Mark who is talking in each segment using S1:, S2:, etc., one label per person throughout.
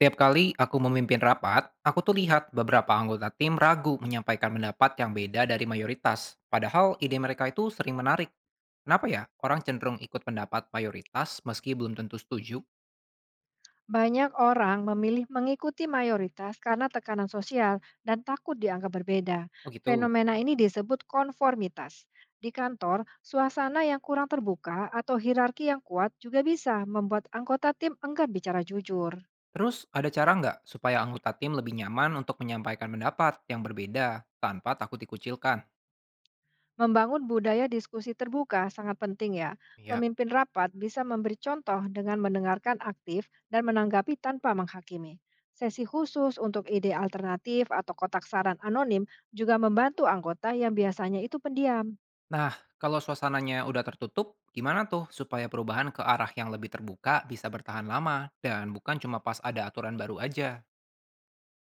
S1: Tiap kali aku memimpin rapat, aku tuh lihat beberapa anggota tim ragu menyampaikan pendapat yang beda dari mayoritas. Padahal ide mereka itu sering menarik. Kenapa ya orang cenderung ikut pendapat mayoritas meski belum tentu setuju?
S2: Banyak orang memilih mengikuti mayoritas karena tekanan sosial dan takut dianggap berbeda.
S1: Oh gitu.
S2: Fenomena ini disebut konformitas. Di kantor, suasana yang kurang terbuka atau hierarki yang kuat juga bisa membuat anggota tim enggan bicara jujur.
S1: Terus ada cara nggak supaya anggota tim lebih nyaman untuk menyampaikan pendapat yang berbeda tanpa takut dikucilkan?
S2: Membangun budaya diskusi terbuka sangat penting ya.
S1: Iya.
S2: Pemimpin rapat bisa memberi contoh dengan mendengarkan aktif dan menanggapi tanpa menghakimi. Sesi khusus untuk ide alternatif atau kotak saran anonim juga membantu anggota yang biasanya itu pendiam.
S1: Nah, kalau suasananya udah tertutup, gimana tuh supaya perubahan ke arah yang lebih terbuka bisa bertahan lama dan bukan cuma pas ada aturan baru aja?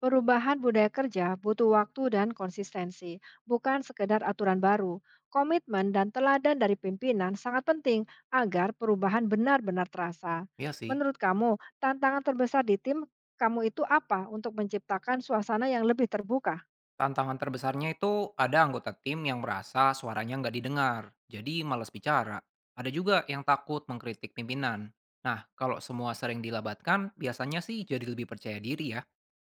S2: Perubahan budaya kerja butuh waktu dan konsistensi, bukan sekedar aturan baru. Komitmen dan teladan dari pimpinan sangat penting agar perubahan benar-benar terasa.
S1: Iya sih.
S2: Menurut kamu, tantangan terbesar di tim kamu itu apa untuk menciptakan suasana yang lebih terbuka?
S1: Tantangan terbesarnya itu ada anggota tim yang merasa suaranya nggak didengar, jadi malas bicara. Ada juga yang takut mengkritik pimpinan. Nah, kalau semua sering dilabatkan, biasanya sih jadi lebih percaya diri ya.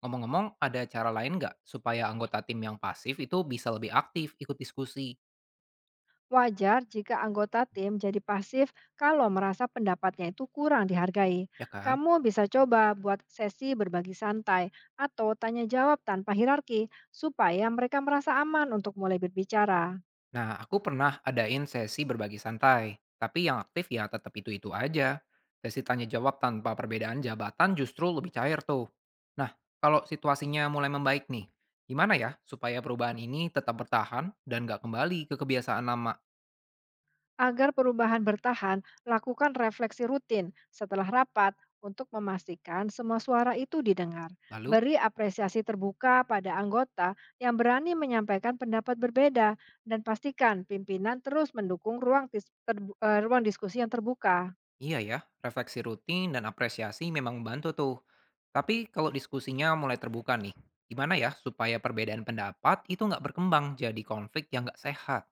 S1: Ngomong-ngomong, ada cara lain nggak supaya anggota tim yang pasif itu bisa lebih aktif ikut diskusi,
S2: Wajar jika anggota tim jadi pasif kalau merasa pendapatnya itu kurang dihargai.
S1: ya kan?
S2: Kamu bisa coba buat sesi berbagi santai atau tanya jawab tanpa hierarki supaya mereka merasa aman untuk mulai berbicara.
S1: Nah, aku pernah adain sesi berbagi santai, tapi yang aktif ya tetap itu-itu aja. Sesi tanya jawab tanpa perbedaan jabatan justru lebih cair tuh. Nah, kalau situasinya mulai membaik nih, gimana ya supaya perubahan ini tetap bertahan dan nggak kembali ke kebiasaan lama?
S2: Agar perubahan bertahan, lakukan refleksi rutin setelah rapat untuk memastikan semua suara itu didengar.
S1: Lalu,
S2: Beri apresiasi terbuka pada anggota yang berani menyampaikan pendapat berbeda dan pastikan pimpinan terus mendukung ruang diskusi yang terbuka.
S1: iya ya, refleksi rutin dan apresiasi memang membantu tuh. Tapi kalau diskusinya mulai terbuka nih, gimana ya supaya perbedaan pendapat itu nggak berkembang jadi konflik yang nggak sehat?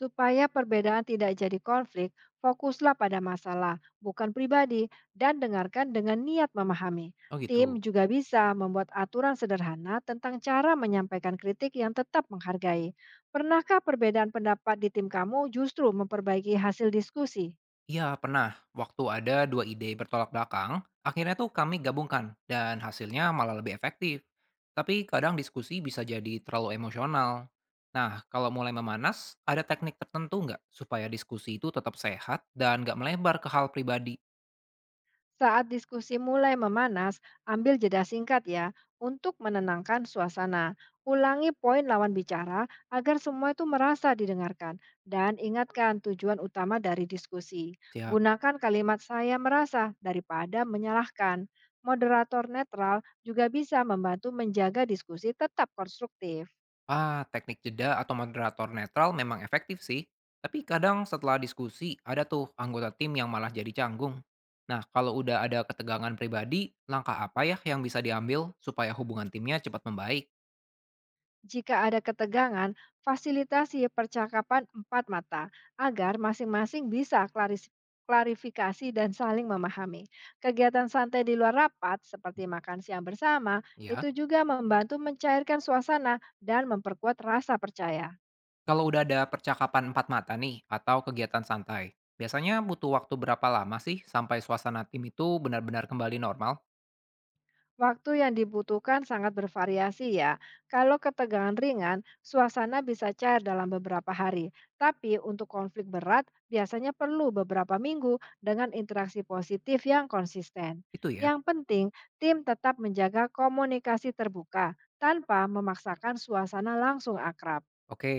S2: Supaya perbedaan tidak jadi konflik, fokuslah pada masalah, bukan pribadi, dan dengarkan dengan niat memahami.
S1: Oh
S2: Tim
S1: gitu.
S2: juga bisa membuat aturan sederhana tentang cara menyampaikan kritik yang tetap menghargai. Pernahkah perbedaan pendapat di tim kamu justru memperbaiki hasil diskusi?
S1: Iya, pernah. Waktu ada dua ide bertolak belakang, akhirnya tuh kami gabungkan dan hasilnya malah lebih efektif. Tapi kadang diskusi bisa jadi terlalu emosional. Nah, kalau mulai memanas, ada teknik tertentu nggak supaya diskusi itu tetap sehat dan nggak melebar ke hal pribadi?
S2: Saat diskusi mulai memanas, ambil jeda singkat ya untuk menenangkan suasana. Ulangi poin lawan bicara agar semua itu merasa didengarkan dan ingatkan tujuan utama dari diskusi.
S1: Siap.
S2: Gunakan kalimat saya merasa daripada menyalahkan. Moderator netral juga bisa membantu menjaga diskusi tetap konstruktif.
S1: Ah, teknik jeda atau moderator netral memang efektif sih. Tapi kadang setelah diskusi, ada tuh anggota tim yang malah jadi canggung. Nah, kalau udah ada ketegangan pribadi, langkah apa ya yang bisa diambil supaya hubungan timnya cepat membaik?
S2: Jika ada ketegangan, fasilitasi percakapan empat mata agar masing-masing bisa klarifikasi dan saling memahami. Kegiatan santai di luar rapat seperti makan siang bersama itu
S1: Ya,
S2: juga membantu mencairkan suasana dan memperkuat rasa percaya.
S1: kalau udah ada percakapan empat mata nih, atau kegiatan santai, biasanya butuh waktu berapa lama sih sampai suasana tim itu benar-benar kembali normal?
S2: Waktu yang dibutuhkan sangat bervariasi ya. Kalau ketegangan ringan, suasana bisa cair dalam beberapa hari. Tapi untuk konflik berat, biasanya perlu beberapa minggu dengan interaksi positif yang konsisten.
S1: Itu ya.
S2: Yang penting, tim tetap menjaga komunikasi terbuka tanpa memaksakan suasana langsung akrab.
S1: Oke,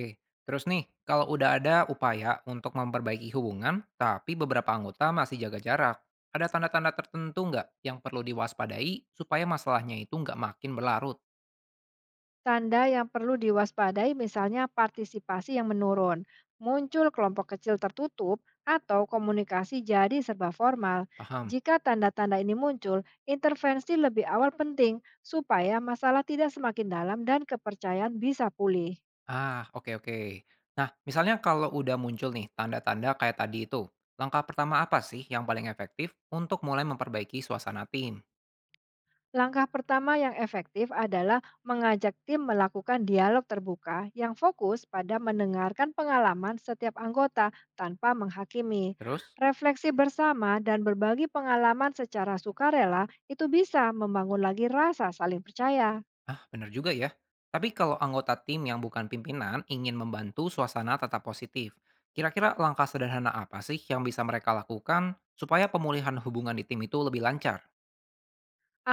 S1: terus nih, kalau udah ada upaya untuk memperbaiki hubungan, tapi beberapa anggota masih jaga jarak, ada tanda-tanda tertentu nggak yang perlu diwaspadai supaya masalahnya itu nggak makin berlarut?
S2: Tanda yang perlu diwaspadai misalnya partisipasi yang menurun, muncul kelompok kecil tertutup, atau komunikasi jadi serba formal.
S1: Paham?
S2: Jika tanda-tanda ini muncul, intervensi lebih awal penting supaya masalah tidak semakin dalam dan kepercayaan bisa pulih.
S1: Ah, oke oke. Nah, misalnya kalau udah muncul nih tanda-tanda kayak tadi itu, langkah pertama apa sih yang paling efektif untuk mulai memperbaiki suasana tim?
S2: Langkah pertama yang efektif adalah mengajak tim melakukan dialog terbuka yang fokus pada mendengarkan pengalaman setiap anggota tanpa menghakimi.
S1: Terus?
S2: Refleksi bersama dan berbagi pengalaman secara sukarela itu bisa membangun lagi rasa saling percaya.
S1: Ah, benar juga ya. Tapi kalau anggota tim yang bukan pimpinan ingin membantu suasana tetap positif, kira-kira langkah sederhana apa sih yang bisa mereka lakukan supaya pemulihan hubungan di tim itu lebih lancar?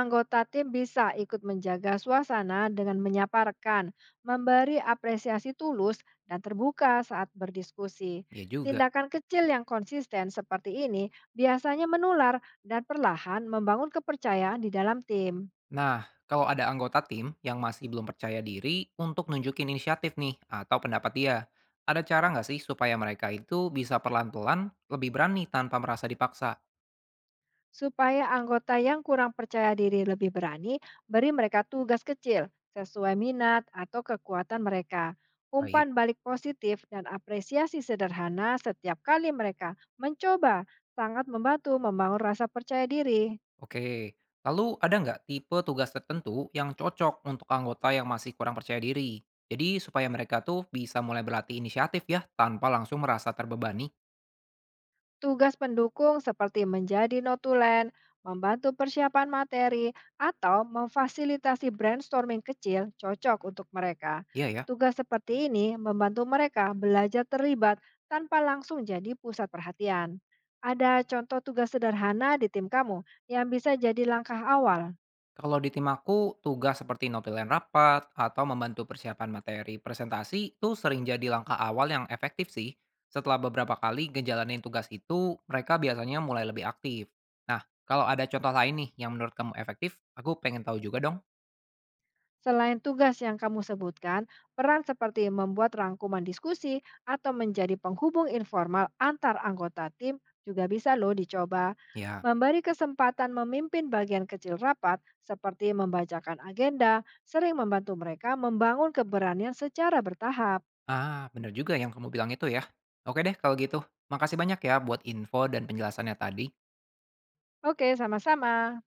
S2: Anggota tim bisa ikut menjaga suasana dengan menyapa rekan, memberi apresiasi tulus, dan terbuka saat berdiskusi.
S1: Ya juga.
S2: Tindakan kecil yang konsisten seperti ini biasanya menular dan perlahan membangun kepercayaan di dalam tim.
S1: Nah, kalau ada anggota tim yang masih belum percaya diri untuk nunjukin inisiatif nih atau pendapat dia, ada cara nggak sih supaya mereka itu bisa perlahan-pelan lebih berani tanpa merasa dipaksa?
S2: Supaya anggota yang kurang percaya diri lebih berani, beri mereka tugas kecil sesuai minat atau kekuatan mereka. Umpan
S1: Baik.
S2: balik positif dan apresiasi sederhana setiap kali mereka mencoba sangat membantu membangun rasa percaya diri.
S1: Oke, lalu ada nggak tipe tugas tertentu yang cocok untuk anggota yang masih kurang percaya diri? Jadi supaya mereka tuh bisa mulai berlatih inisiatif ya, tanpa langsung merasa terbebani.
S2: Tugas pendukung seperti menjadi notulen, membantu persiapan materi, atau memfasilitasi brainstorming kecil cocok untuk mereka.
S1: Iya ya.
S2: Tugas seperti ini membantu mereka belajar terlibat tanpa langsung jadi pusat perhatian. Ada contoh tugas sederhana di tim kamu yang bisa jadi langkah awal.
S1: Kalau di tim aku, tugas seperti notulen rapat atau membantu persiapan materi presentasi itu sering jadi langkah awal yang efektif sih. Setelah beberapa kali ngejalanin tugas itu, mereka biasanya mulai lebih aktif. Nah, kalau ada contoh lain nih yang menurut kamu efektif, aku pengen tahu juga dong.
S2: Selain tugas yang kamu sebutkan, peran seperti membuat rangkuman diskusi atau menjadi penghubung informal antar anggota tim juga bisa loh dicoba.
S1: Ya.
S2: Memberi kesempatan memimpin bagian kecil rapat seperti membacakan agenda sering membantu mereka membangun keberanian secara bertahap.
S1: Ah, bener juga yang kamu bilang itu ya. Oke deh kalau gitu. Makasih banyak ya buat info dan penjelasannya tadi.
S2: Oke, sama-sama.